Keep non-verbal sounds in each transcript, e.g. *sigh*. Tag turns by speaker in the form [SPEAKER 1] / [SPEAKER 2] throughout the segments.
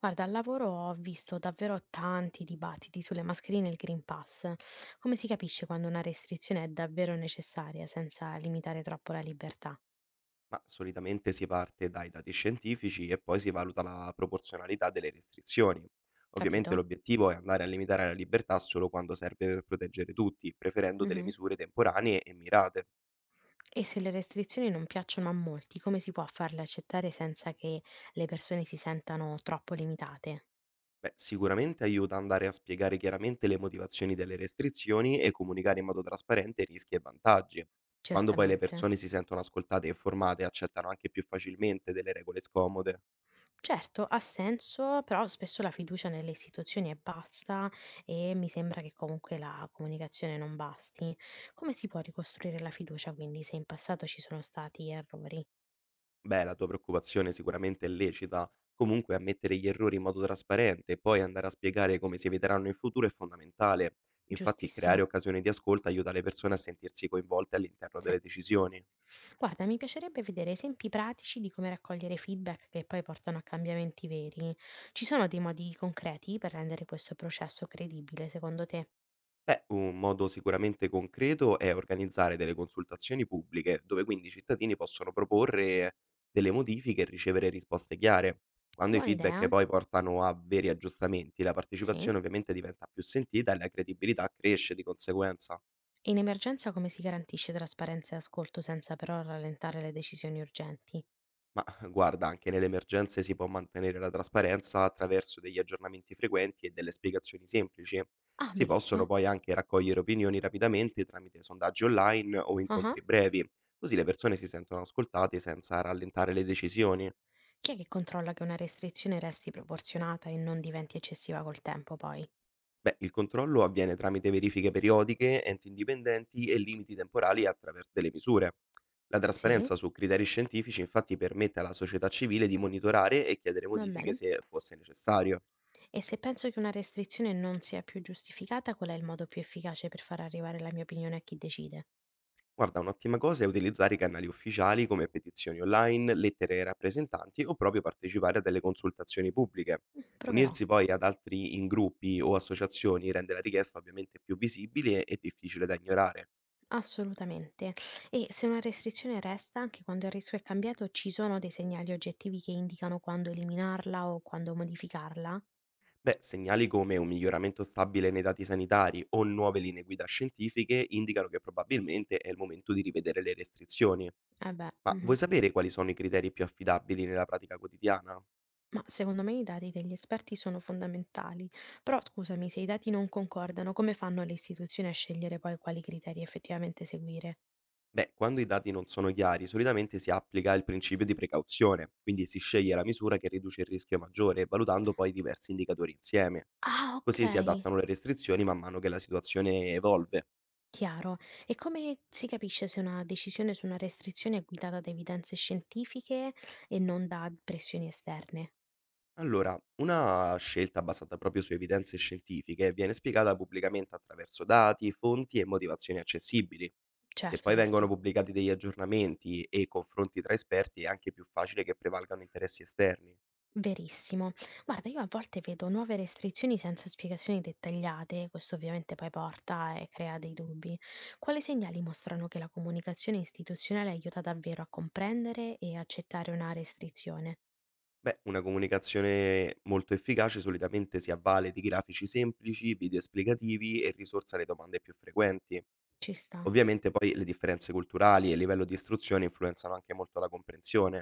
[SPEAKER 1] Guarda, al lavoro ho visto davvero tanti dibattiti sulle mascherine e il Green Pass. Come si capisce quando una restrizione è davvero necessaria senza limitare troppo la libertà?
[SPEAKER 2] Ma solitamente si parte dai dati scientifici e poi si valuta la proporzionalità delle restrizioni. Ovviamente
[SPEAKER 1] Capito?
[SPEAKER 2] l'obiettivo è andare a limitare la libertà solo quando serve per proteggere tutti, preferendo delle
[SPEAKER 1] Mhm.
[SPEAKER 2] misure temporanee e mirate.
[SPEAKER 1] E se le restrizioni non piacciono a molti, come si può farle accettare senza che le persone si sentano troppo limitate?
[SPEAKER 2] Beh, sicuramente aiuta andare a spiegare chiaramente le motivazioni delle restrizioni e comunicare in modo trasparente rischi e vantaggi. Quando poi le
[SPEAKER 1] Certamente.
[SPEAKER 2] persone si sentono ascoltate e informate, accettano anche più facilmente delle regole scomode.
[SPEAKER 1] Certo, ha senso, però spesso la fiducia nelle istituzioni è bassa e mi sembra che comunque la comunicazione non basti. Come si può ricostruire la fiducia quindi se in passato ci sono stati errori?
[SPEAKER 2] Beh, la tua preoccupazione sicuramente è lecita. Comunque, ammettere gli errori in modo trasparente e poi andare a spiegare come si eviteranno in futuro è fondamentale. Infatti, creare
[SPEAKER 1] Giustissimo.
[SPEAKER 2] occasioni di ascolto aiuta le persone a sentirsi coinvolte all'interno
[SPEAKER 1] Sì.
[SPEAKER 2] delle decisioni.
[SPEAKER 1] Guarda, mi piacerebbe vedere esempi pratici di come raccogliere feedback che poi portano a cambiamenti veri. Ci sono dei modi concreti per rendere questo processo credibile, secondo te?
[SPEAKER 2] Beh, un modo sicuramente concreto è organizzare delle consultazioni pubbliche, dove quindi i cittadini possono proporre delle modifiche e ricevere risposte chiare. Quando i
[SPEAKER 1] Buona
[SPEAKER 2] feedback
[SPEAKER 1] idea?
[SPEAKER 2] poi portano a veri aggiustamenti, la
[SPEAKER 1] Sì.
[SPEAKER 2] partecipazione ovviamente diventa più sentita e la credibilità cresce di conseguenza.
[SPEAKER 1] In emergenza come si garantisce trasparenza e ascolto senza però rallentare le decisioni urgenti?
[SPEAKER 2] Ma *laughs* guarda, anche nelle emergenze si può mantenere la trasparenza attraverso degli aggiornamenti frequenti e delle spiegazioni semplici.
[SPEAKER 1] Ah,
[SPEAKER 2] Si
[SPEAKER 1] benissimo.
[SPEAKER 2] possono poi anche raccogliere opinioni rapidamente tramite sondaggi online o
[SPEAKER 1] Ah ah.
[SPEAKER 2] incontri brevi, così le persone si sentono ascoltate senza rallentare le decisioni.
[SPEAKER 1] Chi è che controlla che una restrizione resti proporzionata e non diventi eccessiva col tempo poi?
[SPEAKER 2] Beh, il controllo avviene tramite verifiche periodiche, enti indipendenti e limiti temporali attraverso delle misure. La
[SPEAKER 1] Sì,
[SPEAKER 2] trasparenza su criteri scientifici infatti permette alla società civile di monitorare e chiedere
[SPEAKER 1] va
[SPEAKER 2] modifiche
[SPEAKER 1] bene.
[SPEAKER 2] se fosse necessario.
[SPEAKER 1] E se penso che una restrizione non sia più giustificata, qual è il modo più efficace per far arrivare la mia opinione a chi decide?
[SPEAKER 2] Guarda, un'ottima cosa è utilizzare i canali ufficiali come petizioni online, lettere ai rappresentanti o proprio partecipare a delle consultazioni pubbliche.
[SPEAKER 1] Mm, proverò.
[SPEAKER 2] Unirsi poi ad altri in gruppi o associazioni rende la richiesta ovviamente più visibile e difficile da ignorare.
[SPEAKER 1] Assolutamente. E se una restrizione resta, anche quando il rischio è cambiato, ci sono dei segnali oggettivi che indicano quando eliminarla o quando modificarla?
[SPEAKER 2] Beh, segnali come un miglioramento stabile nei dati sanitari o nuove linee guida scientifiche indicano che probabilmente è il momento di rivedere le restrizioni.
[SPEAKER 1] Eh beh,
[SPEAKER 2] Ma
[SPEAKER 1] mh-mh.
[SPEAKER 2] vuoi sapere quali sono i criteri più affidabili nella pratica quotidiana?
[SPEAKER 1] Ma secondo me i dati degli esperti sono fondamentali, però scusami, se i dati non concordano, come fanno le istituzioni a scegliere poi quali criteri effettivamente seguire?
[SPEAKER 2] Beh, quando i dati non sono chiari, solitamente si applica il principio di precauzione, quindi si sceglie la misura che riduce il rischio maggiore, valutando poi diversi indicatori insieme.
[SPEAKER 1] Ah, ok.
[SPEAKER 2] Così si adattano le restrizioni man mano che la situazione evolve.
[SPEAKER 1] Chiaro. E come si capisce se una decisione su una restrizione è guidata da evidenze scientifiche e non da pressioni esterne?
[SPEAKER 2] Allora, una scelta basata proprio su evidenze scientifiche viene spiegata pubblicamente attraverso dati, fonti e motivazioni accessibili. Se
[SPEAKER 1] Certo,
[SPEAKER 2] poi
[SPEAKER 1] certo.
[SPEAKER 2] vengono pubblicati degli aggiornamenti e confronti tra esperti è anche più facile che prevalgano interessi esterni.
[SPEAKER 1] Verissimo. Guarda, io a volte vedo nuove restrizioni senza spiegazioni dettagliate, questo ovviamente poi porta e crea dei dubbi. Quali segnali mostrano che la comunicazione istituzionale aiuta davvero a comprendere e accettare una restrizione?
[SPEAKER 2] Beh, una comunicazione molto efficace solitamente si avvale di grafici semplici, video esplicativi e risorse alle domande più frequenti.
[SPEAKER 1] Ci sta,
[SPEAKER 2] Ovviamente poi le differenze culturali e il livello di istruzione influenzano anche molto la comprensione.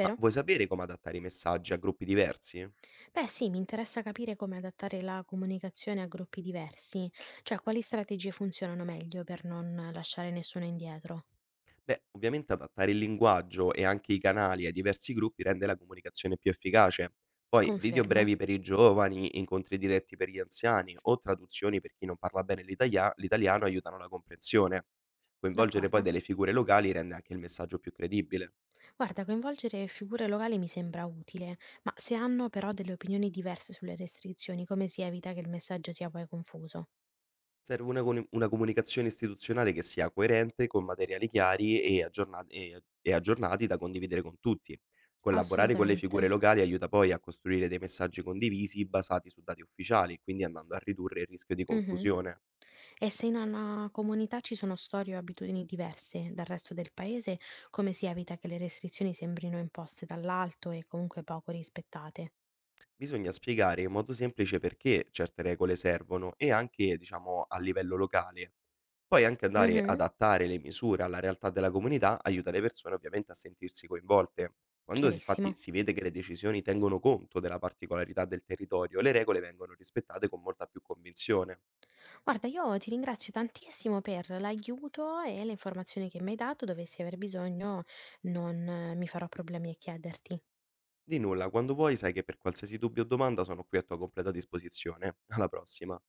[SPEAKER 2] Ma vuoi sapere come adattare i messaggi a gruppi diversi?
[SPEAKER 1] Beh, sì, mi interessa capire come adattare la comunicazione a gruppi diversi, cioè quali strategie funzionano meglio per non lasciare nessuno indietro.
[SPEAKER 2] Beh, ovviamente adattare il linguaggio e anche i canali ai diversi gruppi rende la comunicazione più efficace. Poi video
[SPEAKER 1] Confermo,
[SPEAKER 2] brevi per i giovani, incontri diretti per gli anziani o traduzioni per chi non parla bene l'italiano aiutano la comprensione. Coinvolgere poi
[SPEAKER 1] d'accordo.
[SPEAKER 2] delle figure locali rende anche il messaggio più credibile.
[SPEAKER 1] Guarda, coinvolgere figure locali mi sembra utile, ma se hanno però delle opinioni diverse sulle restrizioni, come si evita che il messaggio sia poi confuso?
[SPEAKER 2] Serve una coni una comunicazione istituzionale che sia coerente, con materiali chiari e aggiorna e aggiornati da condividere con tutti. Collaborare con le figure
[SPEAKER 1] Assolutamente.
[SPEAKER 2] locali aiuta poi a costruire dei messaggi condivisi basati su dati ufficiali, quindi andando a ridurre il rischio di
[SPEAKER 1] Mhm.
[SPEAKER 2] confusione.
[SPEAKER 1] E se in una comunità ci sono storie o abitudini diverse dal resto del paese, come si evita che le restrizioni sembrino imposte dall'alto e comunque poco rispettate?
[SPEAKER 2] Bisogna spiegare in modo semplice perché certe regole servono e anche, diciamo, a livello locale. Poi anche andare ad
[SPEAKER 1] Mhm.
[SPEAKER 2] adattare le misure alla realtà della comunità aiuta le persone ovviamente a sentirsi coinvolte. Infatti
[SPEAKER 1] Chiarissimo.
[SPEAKER 2] si vede che le decisioni tengono conto della particolarità del territorio, le regole vengono rispettate con molta più convinzione.
[SPEAKER 1] Guarda, io ti ringrazio tantissimo per l'aiuto e le informazioni che mi hai dato. Dovessi aver bisogno, non mi farò problemi a chiederti.
[SPEAKER 2] Di nulla, quando vuoi sai che per qualsiasi dubbio o domanda sono qui a tua completa disposizione. Alla prossima.